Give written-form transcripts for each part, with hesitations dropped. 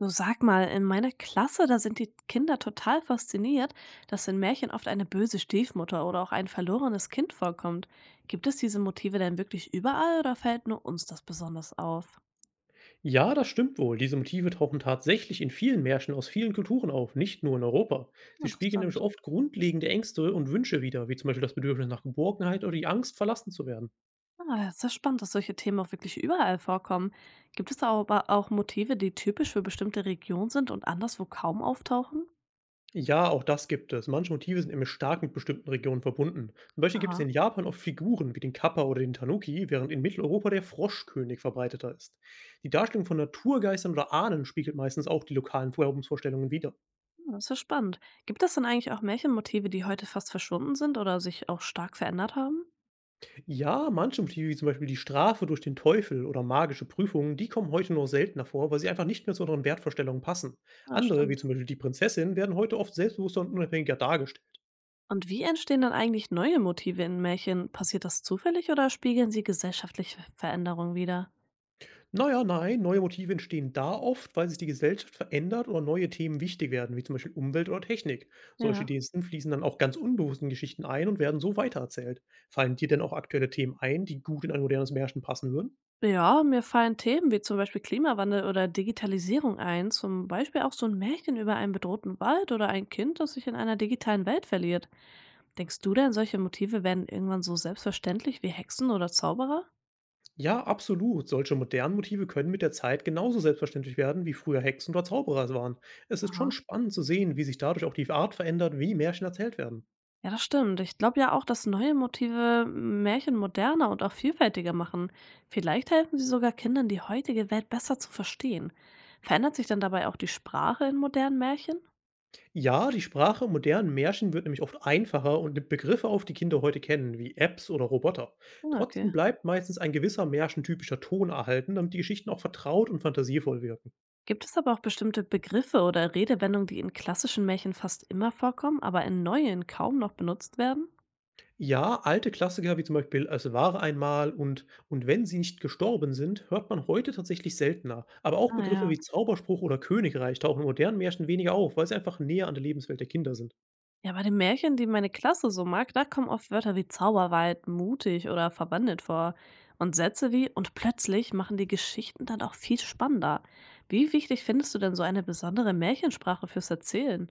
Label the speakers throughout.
Speaker 1: Du, sag mal, in meiner Klasse, da sind die Kinder total fasziniert, dass in Märchen oft eine böse Stiefmutter oder auch ein verlorenes Kind vorkommt. Gibt es diese Motive denn wirklich überall oder fällt nur uns das besonders auf?
Speaker 2: Ja, das stimmt wohl. Diese Motive tauchen tatsächlich in vielen Märchen aus vielen Kulturen auf, nicht nur in Europa. Sie spiegeln nämlich
Speaker 1: Interessant.
Speaker 2: oft grundlegende Ängste und Wünsche wider, wie zum Beispiel das Bedürfnis nach Geborgenheit oder die Angst, verlassen zu werden.
Speaker 1: Ah, ist ja spannend, dass solche Themen auch wirklich überall vorkommen. Gibt es da aber auch Motive, die typisch für bestimmte Regionen sind und anderswo kaum auftauchen?
Speaker 2: Ja, auch das gibt es. Manche Motive sind nämlich stark mit bestimmten Regionen verbunden. Zum Beispiel gibt es
Speaker 1: Aha,
Speaker 2: in Japan oft Figuren wie den Kappa oder den Tanuki, während in Mitteleuropa der Froschkönig verbreiteter ist. Die Darstellung von Naturgeistern oder Ahnen spiegelt meistens auch die lokalen Glaubensvorstellungen wider.
Speaker 1: das ist ja spannend. Gibt es denn eigentlich auch Märchenmotive, die heute fast verschwunden sind oder sich auch stark verändert haben?
Speaker 2: Ja, manche Motive wie zum Beispiel die Strafe durch den Teufel oder magische Prüfungen, die kommen heute nur seltener vor, weil sie einfach nicht mehr zu unseren Wertvorstellungen passen.
Speaker 1: Ah,
Speaker 2: Andere, wie
Speaker 1: stimmt.
Speaker 2: zum Beispiel die Prinzessin, werden heute oft selbstbewusster und unabhängiger dargestellt.
Speaker 1: Und wie entstehen dann eigentlich neue Motive in Märchen? Passiert das zufällig oder spiegeln sie gesellschaftliche Veränderungen wider?
Speaker 2: Naja, nein, neue Motive entstehen da oft, weil sich die Gesellschaft verändert oder neue Themen wichtig werden, wie zum Beispiel Umwelt oder Technik. Solche
Speaker 1: Ja.
Speaker 2: Diensten fließen dann auch ganz unbewussten Geschichten ein und werden so weitererzählt. Fallen dir denn auch aktuelle Themen ein, die gut in ein modernes Märchen passen würden?
Speaker 1: Ja, mir fallen Themen wie zum Beispiel Klimawandel oder Digitalisierung ein. Zum Beispiel auch so ein Märchen über einen bedrohten Wald oder ein Kind, das sich in einer digitalen Welt verliert. Denkst du denn, solche Motive werden irgendwann so selbstverständlich wie Hexen oder Zauberer?
Speaker 2: Ja, absolut. Solche modernen Motive können mit der Zeit genauso selbstverständlich werden, wie früher Hexen oder Zauberer es waren. Es ist schon
Speaker 1: Aha.
Speaker 2: spannend zu sehen, wie sich dadurch auch die Art verändert, wie Märchen erzählt werden.
Speaker 1: Ja, das stimmt. Ich glaube ja auch, dass neue Motive Märchen moderner und auch vielfältiger machen. Vielleicht helfen sie sogar Kindern, die heutige Welt besser zu verstehen. Verändert sich dann dabei auch die Sprache in modernen Märchen?
Speaker 2: Ja, die Sprache im modernen Märchen wird nämlich oft einfacher und nimmt Begriffe auf, die Kinder heute kennen, wie Apps oder Roboter.
Speaker 1: Ah, okay.
Speaker 2: Trotzdem bleibt meistens ein gewisser märchentypischer Ton erhalten, damit die Geschichten auch vertraut und fantasievoll wirken.
Speaker 1: Gibt es aber auch bestimmte Begriffe oder Redewendungen, die in klassischen Märchen fast immer vorkommen, aber in neuen kaum noch benutzt werden?
Speaker 2: Ja, alte Klassiker wie zum Beispiel „Es war einmal“ und „Und wenn sie nicht gestorben sind“ hört man heute tatsächlich seltener. Aber auch
Speaker 1: Ah,
Speaker 2: Begriffe
Speaker 1: ja.
Speaker 2: wie Zauberspruch oder Königreich tauchen in modernen Märchen weniger auf, weil sie einfach näher an der Lebenswelt der Kinder sind.
Speaker 1: Ja, bei den Märchen, die meine Klasse so mag, da kommen oft Wörter wie Zauberwald, mutig oder verwandelt vor. Und Sätze wie „und plötzlich“ machen die Geschichten dann auch viel spannender. Wie wichtig findest du denn so eine besondere Märchensprache fürs Erzählen?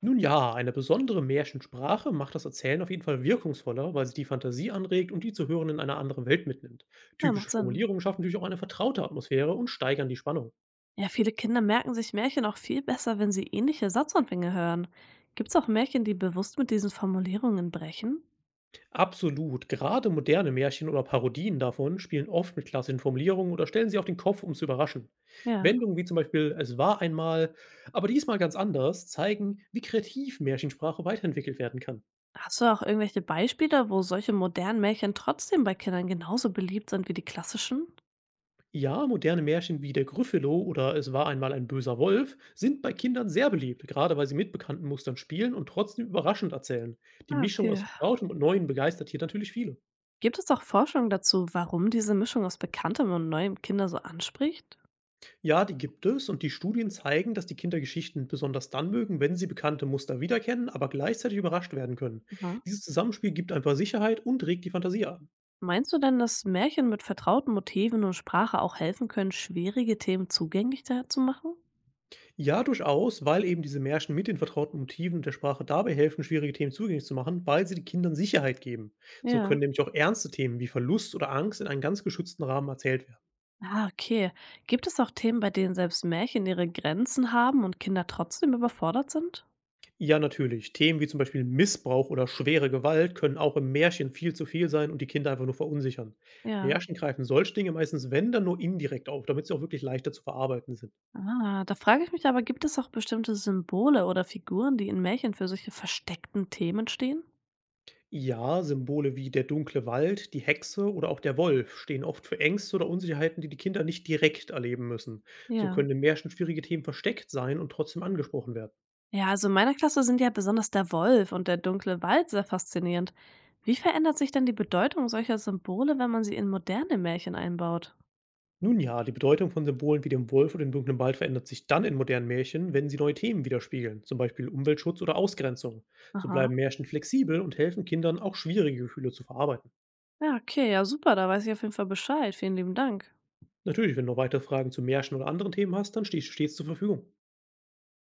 Speaker 2: Nun ja, eine besondere Märchensprache macht das Erzählen auf jeden Fall wirkungsvoller, weil sie die Fantasie anregt und die Zuhörenden in eine andere Welt mitnimmt.
Speaker 1: Ja, macht
Speaker 2: Typische
Speaker 1: Sinn.
Speaker 2: Formulierungen schaffen natürlich auch eine vertraute Atmosphäre und steigern die Spannung.
Speaker 1: Ja, viele Kinder merken sich Märchen auch viel besser, wenn sie ähnliche Satzanfänge hören. Gibt's auch Märchen, die bewusst mit diesen Formulierungen brechen?
Speaker 2: Absolut. Gerade moderne Märchen oder Parodien davon spielen oft mit klassischen Formulierungen oder stellen sie auf den Kopf, um zu überraschen.
Speaker 1: Ja.
Speaker 2: Wendungen wie zum Beispiel „Es war einmal, aber diesmal ganz anders“ zeigen, wie kreativ Märchensprache weiterentwickelt werden kann.
Speaker 1: Hast du auch irgendwelche Beispiele, wo solche modernen Märchen trotzdem bei Kindern genauso beliebt sind wie die klassischen?
Speaker 2: Ja, moderne Märchen wie „Der Gryffalo“ oder „Es war einmal ein böser Wolf“ sind bei Kindern sehr beliebt, gerade weil sie mit bekannten Mustern spielen und trotzdem überraschend erzählen. Die
Speaker 1: Ah,
Speaker 2: Mischung
Speaker 1: okay.
Speaker 2: aus Vertrautem und Neuem begeistert hier natürlich viele.
Speaker 1: Gibt es auch Forschung dazu, warum diese Mischung aus Bekanntem und Neuem Kinder so anspricht?
Speaker 2: Ja, die gibt es und die Studien zeigen, dass die Kinder Geschichten besonders dann mögen, wenn sie bekannte Muster wiedererkennen, aber gleichzeitig überrascht werden können.
Speaker 1: Mhm.
Speaker 2: Dieses Zusammenspiel gibt einfach Sicherheit und regt die Fantasie an.
Speaker 1: Meinst du denn, dass Märchen mit vertrauten Motiven und Sprache auch helfen können, schwierige Themen zugänglich zu machen?
Speaker 2: Ja, durchaus, weil eben diese Märchen mit den vertrauten Motiven und der Sprache dabei helfen, schwierige Themen zugänglich zu machen, weil sie den Kindern Sicherheit geben. So
Speaker 1: Ja.
Speaker 2: können nämlich auch ernste Themen wie Verlust oder Angst in einem ganz geschützten Rahmen erzählt werden.
Speaker 1: Ah, okay. Gibt es auch Themen, bei denen selbst Märchen ihre Grenzen haben und Kinder trotzdem überfordert sind?
Speaker 2: Ja, natürlich. Themen wie zum Beispiel Missbrauch oder schwere Gewalt können auch im Märchen viel zu viel sein und die Kinder einfach nur verunsichern.
Speaker 1: Ja.
Speaker 2: Märchen greifen solche Dinge meistens, wenn, dann nur indirekt auf, damit sie auch wirklich leichter zu verarbeiten sind.
Speaker 1: Ah, da frage ich mich aber, gibt es auch bestimmte Symbole oder Figuren, die in Märchen für solche versteckten Themen stehen?
Speaker 2: Ja, Symbole wie der dunkle Wald, die Hexe oder auch der Wolf stehen oft für Ängste oder Unsicherheiten, die die Kinder nicht direkt erleben müssen. So
Speaker 1: Ja.
Speaker 2: können im Märchen schwierige Themen versteckt sein und trotzdem angesprochen werden.
Speaker 1: Ja, also in meiner Klasse sind ja besonders der Wolf und der dunkle Wald sehr faszinierend. Wie verändert sich denn die Bedeutung solcher Symbole, wenn man sie in moderne Märchen einbaut?
Speaker 2: Nun ja, die Bedeutung von Symbolen wie dem Wolf oder dem dunklen Wald verändert sich dann in modernen Märchen, wenn sie neue Themen widerspiegeln, zum Beispiel Umweltschutz oder Ausgrenzung. So
Speaker 1: Aha.
Speaker 2: bleiben Märchen flexibel und helfen Kindern, auch schwierige Gefühle zu verarbeiten.
Speaker 1: Ja, okay, ja super, da weiß ich auf jeden Fall Bescheid. Vielen lieben Dank.
Speaker 2: Natürlich, wenn du noch weitere Fragen zu Märchen oder anderen Themen hast, dann stehe ich stets zur Verfügung.